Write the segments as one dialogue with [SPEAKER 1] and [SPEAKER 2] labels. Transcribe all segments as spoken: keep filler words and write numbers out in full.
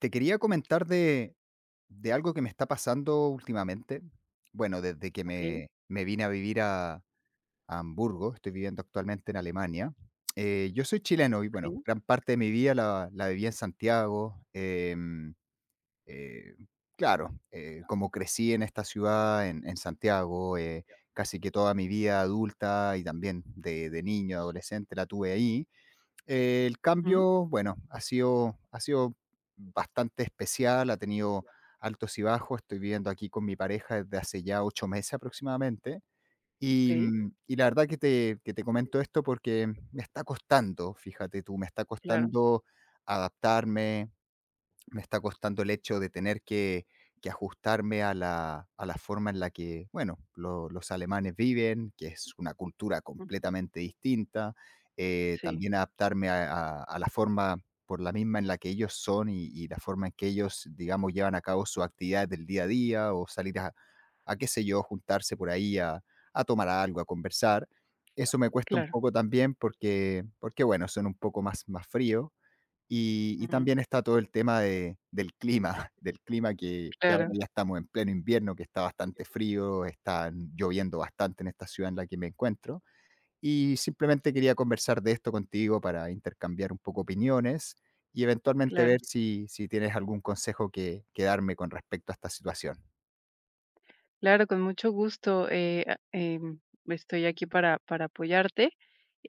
[SPEAKER 1] Te quería comentar de, de algo que me está pasando últimamente. Bueno, desde que
[SPEAKER 2] Okey,
[SPEAKER 1] me, me vine a vivir a, a Hamburgo, estoy viviendo actualmente en Alemania. Eh, yo soy chileno y
[SPEAKER 2] okey,
[SPEAKER 1] bueno, gran parte de mi vida la, la viví en Santiago. em, eh, claro, eh, como crecí en esta ciudad, en, en Santiago, eh, casi que toda mi vida adulta y también de, de niño, adolescente, la tuve ahí. Eh, el
[SPEAKER 2] mm,
[SPEAKER 1] cambio, bueno, ha sido, ha sido bastante especial, ha tenido altos y bajos. Estoy viviendo aquí con mi pareja desde hace ya ocho meses aproximadamente. Y,
[SPEAKER 2] okey,
[SPEAKER 1] mm, y la verdad que te, que te comento esto porque me está costando, fíjate tú, me está
[SPEAKER 2] claro,
[SPEAKER 1] costando adaptarme, me está costando el hecho de tener que, que ajustarme a la, a la forma en la que, bueno, lo- los alemanes viven, que es una cultura
[SPEAKER 2] mm,
[SPEAKER 1] completamente distinta, eh,
[SPEAKER 2] sí,
[SPEAKER 1] también adaptarme a, a- a la forma por la misma en la que ellos son y, y la forma en que ellos, digamos, llevan a cabo sus actividades del día a día o salir a, a qué sé yo, juntarse por ahí a, a tomar algo, a conversar. Eso me cuesta un
[SPEAKER 2] claro,
[SPEAKER 1] poco también porque, porque bueno, son un poco más, más fríos y y
[SPEAKER 2] mm,
[SPEAKER 1] también está todo el tema de del clima, del clima que que ahora
[SPEAKER 2] claro,
[SPEAKER 1] ya estamos en pleno invierno, que está bastante frío, está lloviendo bastante en esta ciudad en la que me encuentro. Y simplemente quería conversar de esto contigo para intercambiar un poco opiniones y eventualmente
[SPEAKER 2] claro,
[SPEAKER 1] ver si si tienes algún consejo que que darme con respecto a esta situación.
[SPEAKER 2] claro, con mucho gusto, eh, ah, em, estoy aquí para para apoyarte.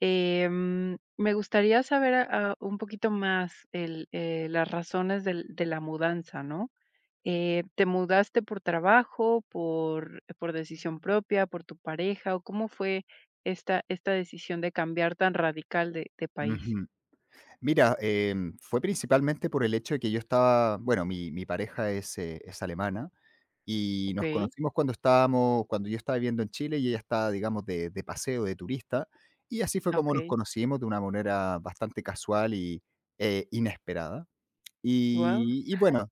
[SPEAKER 2] Em, me gustaría saber, ah, un poquito más el, eh, las razones del de la mudanza, ¿no? Eh, ¿te mudaste por trabajo, por por decisión propia, por tu pareja, o cómo fue esta esta decisión de cambiar tan radical de de país?
[SPEAKER 1] Ujú. Mira, em, fue principalmente por el hecho de que yo estaba bueno, mi mi pareja es, eh, es alemana. Y nos
[SPEAKER 2] Okey,
[SPEAKER 1] conocimos cuando estábamos cuando yo estaba viviendo en Chile y ella estaba, digamos, de de paseo, de turista, y así fue
[SPEAKER 2] ah,
[SPEAKER 1] como nos
[SPEAKER 2] wow,
[SPEAKER 1] conocimos de una manera bastante casual y, eh, inesperada. Y y bueno,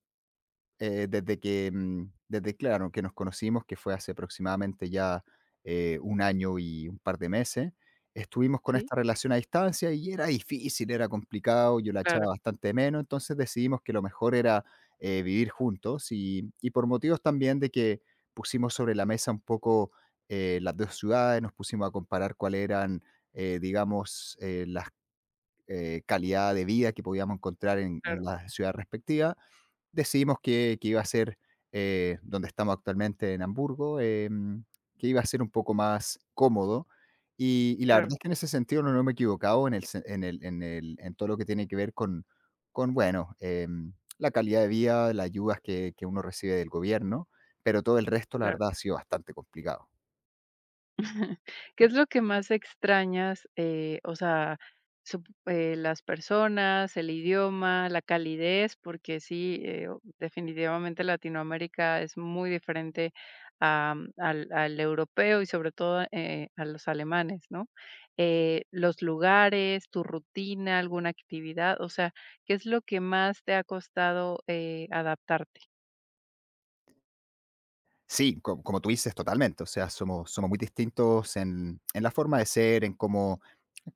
[SPEAKER 1] eh, desde que, mm, desde claro, que nos conocimos, que fue hace aproximadamente ya eh, un año y un par de meses, estuvimos con
[SPEAKER 2] sí.
[SPEAKER 1] esta relación a distancia y era difícil, era complicado, yo la echaba
[SPEAKER 2] Claro,
[SPEAKER 1] bastante de menos, entonces decidimos que lo mejor era eh, vivir juntos y, y por motivos también de que pusimos sobre la mesa un poco eh, las dos ciudades, nos pusimos a comparar cuáles eran, eh, digamos, eh, las eh, calidad de vida que podíamos encontrar en, en
[SPEAKER 2] claro,
[SPEAKER 1] la ciudad respectiva. Decidimos que, que iba a ser eh, donde estamos actualmente en Hamburgo, em, que iba a ser un poco más cómodo. Y, y la verdad
[SPEAKER 2] claro,
[SPEAKER 1] es que en ese sentido no, no me he equivocado en, el, sen- en, el, en, el, en todo lo que tiene que ver con, con bueno, em, la calidad de vida, las ayudas que, que uno recibe del gobierno, pero todo el resto, la
[SPEAKER 2] claro.
[SPEAKER 1] verdad, ha sido bastante complicado.
[SPEAKER 2] ¿Qué es lo que más extrañas? Eh, o sea, sup eh, las personas, el idioma, la calidez, porque sí, eh, o definitivamente Latinoamérica es muy diferente a mm, al al europeo y sobre todo, eh, a los alemanes, ¿no? Eh, los lugares, tu rutina, alguna actividad, o sea, ¿qué es lo que más te ha costado, eh, adaptarte?
[SPEAKER 1] Sí, co- como tú dices, totalmente. O sea, somos, somos muy distintos en, en la forma de ser, en cómo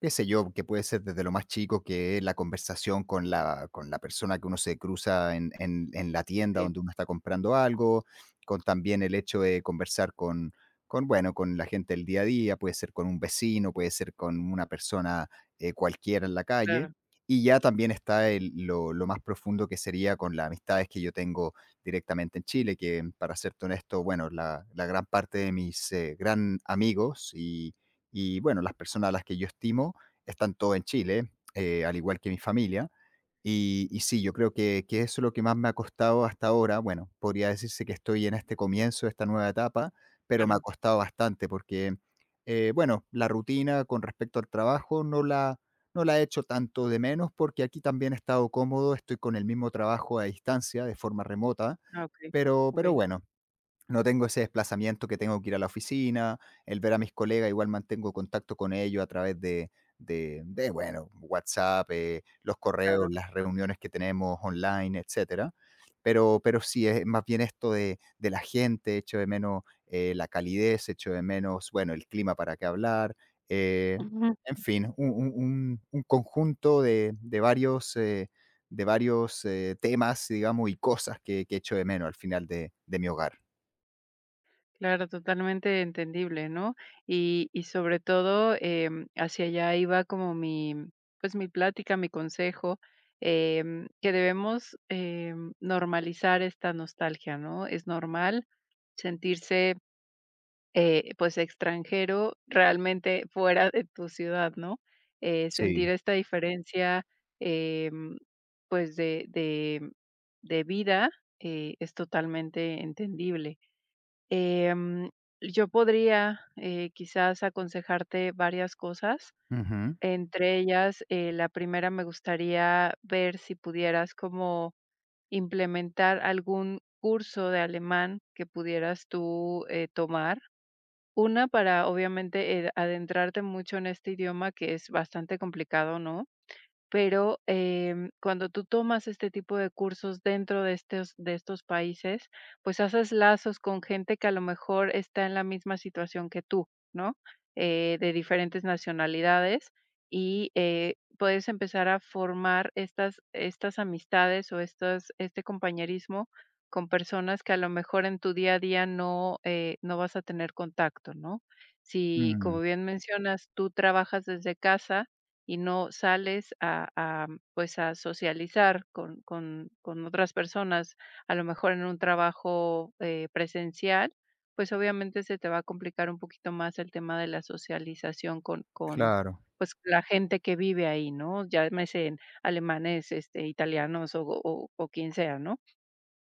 [SPEAKER 1] qué sé yo, que puede ser desde lo más chico que es la conversación con la con la persona que uno se cruza en en en la tienda
[SPEAKER 2] Sí,
[SPEAKER 1] donde uno está comprando algo, con también el hecho de conversar con con, bueno, con la gente del día a día, puede ser con un vecino, puede ser con una persona, eh, cualquiera en la calle.
[SPEAKER 2] claro,
[SPEAKER 1] Y ya también está el lo lo más profundo que sería con las amistades que yo tengo directamente en Chile, que, para serte honesto, bueno, la la gran parte de mis, eh, gran amigos y y bueno, las personas a las que yo estimo están todos en Chile, eh, al igual que mi familia. Y, y sí, yo creo que, que eso es lo que más me ha costado hasta ahora. Bueno, podría decirse que estoy en este comienzo de esta nueva etapa, pero me ha
[SPEAKER 2] claro.
[SPEAKER 1] costado bastante porque, eh, bueno, la rutina con respecto al trabajo no la, no la he hecho tanto de menos porque aquí también he estado cómodo, estoy con el mismo trabajo a distancia, de forma remota,
[SPEAKER 2] Ah, okey,
[SPEAKER 1] pero, pero
[SPEAKER 2] okey,
[SPEAKER 1] bueno, no tengo ese desplazamiento que tengo que ir a la oficina, el ver a mis colegas, igual mantengo contacto con ellos a través de, de, de, bueno, WhatsApp, eh, los correos,
[SPEAKER 2] claro.
[SPEAKER 1] las reuniones que tenemos online, etcétera. Pero, pero sí, es más bien esto de, de la gente, echo de menos eh, la calidez, echo de menos, bueno, el clima para qué hablar, eh,
[SPEAKER 2] Ujú,
[SPEAKER 1] en fin, un, un- un- un conjunto de, de varios, eh, de varios eh, temas, digamos, y cosas que, que echo de menos al final de de mi hogar.
[SPEAKER 2] claro, totalmente entendible, ¿no? Y y sobre todo, em, hacia allá iba como mi, pues, mi plática, mi consejo, em, que debemos, em, normalizar esta nostalgia, ¿no? Es normal sentirse, eh, pues, extranjero, realmente fuera de tu ciudad, ¿no? Eh, sentir
[SPEAKER 1] Sí.
[SPEAKER 2] esta diferencia, em, pues, de de de vida, eh, es totalmente entendible. Em, yo podría, eh, quizás aconsejarte varias cosas.
[SPEAKER 1] Ujú.
[SPEAKER 2] Entre ellas, eh, la primera me gustaría ver si pudieras como implementar algún curso de alemán que pudieras tú, eh, tomar. Una, para obviamente, eh, adentrarte mucho en este idioma que es bastante complicado, ¿no? Pero, em, cuando tú tomas este tipo de cursos dentro de estos de estos países, pues haces lazos con gente que a lo mejor está en la misma situación que tú, ¿no? Eh, de diferentes nacionalidades y, eh, puedes empezar a formar estas estas amistades o estas este compañerismo con personas que a lo mejor en tu día a día no, eh, no vas a tener contacto, ¿no? Si, como
[SPEAKER 1] Mm,
[SPEAKER 2] bien mencionas, tú trabajas desde casa, y no sales a a, pues, a socializar con con con otras personas, a lo mejor en un trabajo, eh, presencial, pues, obviamente se te va a complicar un poquito más el tema de la socialización con con,
[SPEAKER 1] claro.
[SPEAKER 2] pues, la gente que vive ahí, ¿no? Llámese alemanes, este, italianos o o o quien sea, ¿no?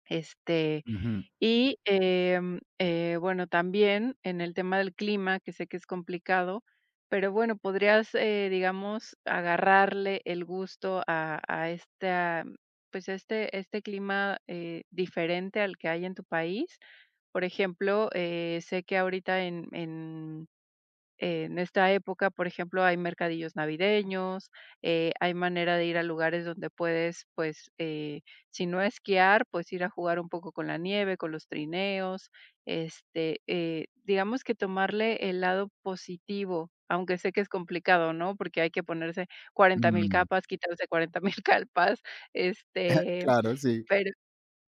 [SPEAKER 2] Este,
[SPEAKER 1] Ujú.
[SPEAKER 2] y, em, eh, bueno, también en el tema del clima, que sé que es complicado, pero bueno, podrías, eh, digamos, agarrarle el gusto a a esta, pues, a este este clima, eh, diferente al que hay en tu país. Por ejemplo, eh, sé que ahorita en en eh, en esta época, por ejemplo, hay mercadillos navideños, eh, hay manera de ir a lugares donde puedes, pues, eh, si no esquiar, pues ir a jugar un poco con la nieve, con los trineos, este, eh, digamos que tomarle el lado positivo, aunque sé que es complicado, ¿no? Porque hay que ponerse cuarenta mil
[SPEAKER 1] Mm.
[SPEAKER 2] capas, quitarse cuarenta mil capas, este,
[SPEAKER 1] Claro, sí.
[SPEAKER 2] pero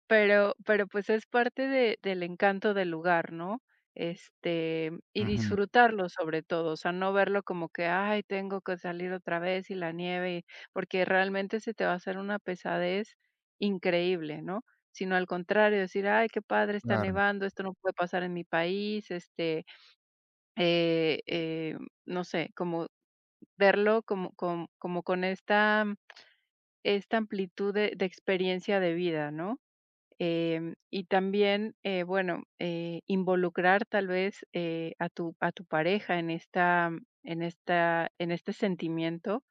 [SPEAKER 2] pero pero, pues, es parte de del encanto del lugar, ¿no? Este, y
[SPEAKER 1] Ujú,
[SPEAKER 2] disfrutarlo sobre todo, o sea, no verlo como que: "Ay, tengo que salir otra vez y la nieve", y porque realmente se te va a hacer una pesadez increíble, ¿no? Sino al contrario, decir: "Ay, qué padre, está
[SPEAKER 1] claro.
[SPEAKER 2] nevando, esto no puede pasar en mi país", este, eh, eh, no sé, como verlo como com como con esta esta amplitud de de experiencia de vida, ¿no? Em, y también, eh, bueno, eh, involucrar tal vez eh, a tu, a tu pareja en esta, en esta, en este sentimiento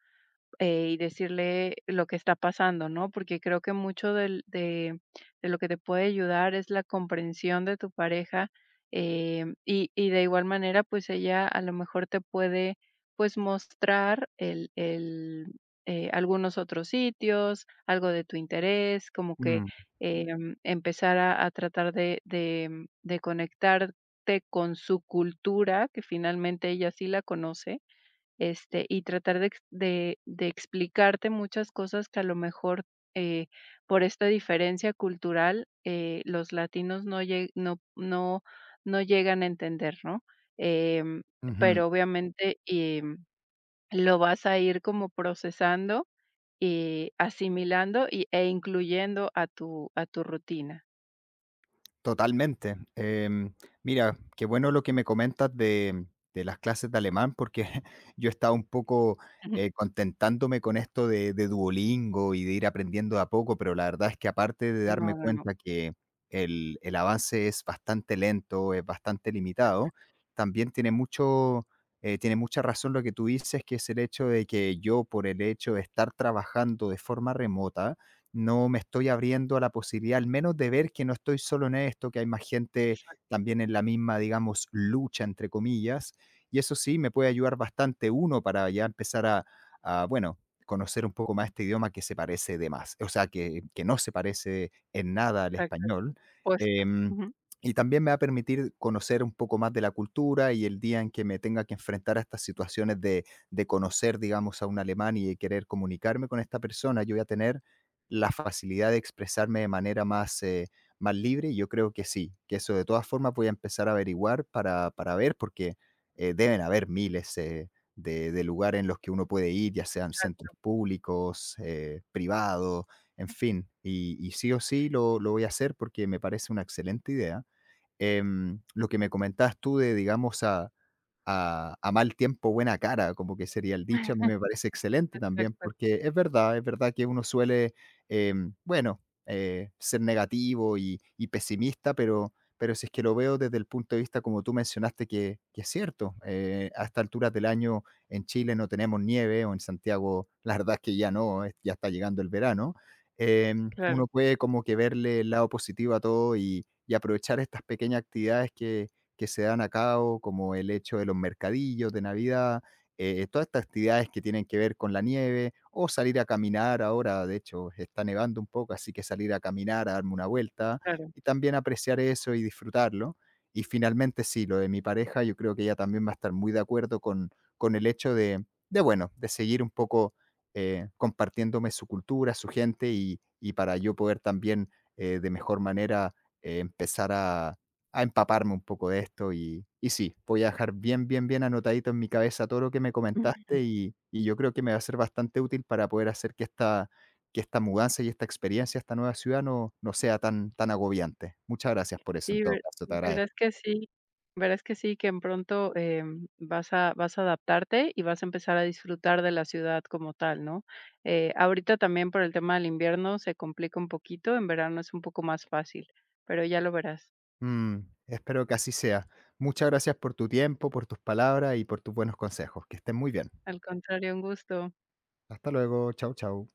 [SPEAKER 2] eh, y decirle lo que está pasando, ¿no? Porque creo que mucho del- de, de lo que te puede ayudar es la comprensión de tu pareja eh, y, y de igual manera, pues ella a lo mejor te puede, pues, mostrar el, el, eh, algunos otros sitios, algo de tu interés, como que
[SPEAKER 1] Mm,
[SPEAKER 2] eh, em, empezar a, a tratar de, de de conectarte con su cultura, que finalmente ella sí la conoce este, y tratar de ex de de explicarte muchas cosas que a lo mejor, eh, por esta diferencia cultural, eh, los latinos no lle no no no llegan a entender, ¿no? Em,
[SPEAKER 1] ujú.
[SPEAKER 2] pero obviamente, em, lo vas a ir como procesando y asimilando y e incluyendo a tu a tu rutina.
[SPEAKER 1] Totalmente. Em, mira, qué bueno lo que me comentas de, de las clases de alemán, porque yo estaba un poco
[SPEAKER 2] Ujú.
[SPEAKER 1] eh, contentándome con esto de, de Duolingo y de ir aprendiendo de a poco, pero la verdad es que aparte de
[SPEAKER 2] No,
[SPEAKER 1] darme
[SPEAKER 2] no, no.
[SPEAKER 1] cuenta que el, el avance es bastante lento, es bastante
[SPEAKER 2] Exacto,
[SPEAKER 1] limitado, también tiene mucho, eh, tiene mucha razón lo que tú dices, que es el hecho de que yo, por el hecho de estar trabajando de forma remota, no me estoy abriendo a la posibilidad, al menos de ver que no estoy solo en esto, que hay más gente
[SPEAKER 2] exacto,
[SPEAKER 1] también en la misma, digamos, lucha, entre comillas. Y eso sí, me puede ayudar bastante uno para ya empezar a, a, bueno, conocer un poco más este idioma que se parece de más, o sea, que, que no se parece en nada al
[SPEAKER 2] exacto,
[SPEAKER 1] español.
[SPEAKER 2] opuesto.
[SPEAKER 1] Em,
[SPEAKER 2] Ujú.
[SPEAKER 1] y también me va a permitir conocer un poco más de la cultura y el día en que me tenga que enfrentar a estas situaciones de, de conocer, digamos, a un alemán y de querer comunicarme con esta persona, yo voy a tener la facilidad de expresarme de manera más, eh, más libre, yo creo que sí, que eso de todas formas voy a empezar a averiguar para, para ver, porque eh, deben haber miles eh, de, de lugares en los que uno puede ir, ya sean centros
[SPEAKER 2] Exacto,
[SPEAKER 1] públicos, eh, privados, en fin, y, y sí o sí lo, lo voy a hacer porque me parece una excelente idea. Em, lo que me comentabas tú de, digamos, a, a a mal tiempo, buena cara, como que sería el dicho, a mí me parece excelente también,
[SPEAKER 2] exacto.
[SPEAKER 1] porque es verdad, es verdad que uno suele, em, bueno, eh, ser negativo y y pesimista, pero pero si es que lo veo desde el punto de vista, como tú mencionaste, que que es cierto, eh, a estas alturas del año en Chile no tenemos nieve, o en Santiago, la verdad es que ya no, es ya está llegando el verano, em,
[SPEAKER 2] Claro,
[SPEAKER 1] uno puede como que verle el lado positivo a todo y y aprovechar estas pequeñas actividades que que se dan a cabo, como el hecho de los mercadillos de Navidad, eh, todas estas actividades que tienen que ver con la nieve o salir a caminar ahora, de hecho está nevando un poco, así que salir a caminar, a darme una vuelta
[SPEAKER 2] claro.
[SPEAKER 1] y también apreciar eso y disfrutarlo. Y finalmente sí, lo de mi pareja, yo creo que ella también va a estar muy de acuerdo con, con el hecho de, de, bueno, de seguir un poco eh, compartiéndome su cultura, su gente y, y para yo poder también eh, de mejor manera eh, empezar a, a empaparme un poco de esto y y sí, voy a dejar bien, bien, bien anotadito en mi cabeza todo lo que me comentaste y y yo creo que me va a ser bastante útil para poder hacer que esta que esta mudanza y esta experiencia, esta nueva ciudad no no sea tan tan agobiante. Muchas gracias por eso, en
[SPEAKER 2] Sí,
[SPEAKER 1] todo
[SPEAKER 2] ver
[SPEAKER 1] caso, te
[SPEAKER 2] verás
[SPEAKER 1] agradezco.
[SPEAKER 2] que sí verás que sí, que en pronto, em, vas a vas a adaptarte y vas a empezar a disfrutar de la ciudad como tal, ¿no? Eh, ahorita también por el tema del invierno se complica un poquito, en verano es un poco más fácil, pero ya lo verás.
[SPEAKER 1] Mm, espero que así sea. Muchas gracias por tu tiempo, por tus palabras y por tus buenos consejos. Que estén muy bien.
[SPEAKER 2] Al contrario, un gusto.
[SPEAKER 1] Hasta luego. Chau, chau.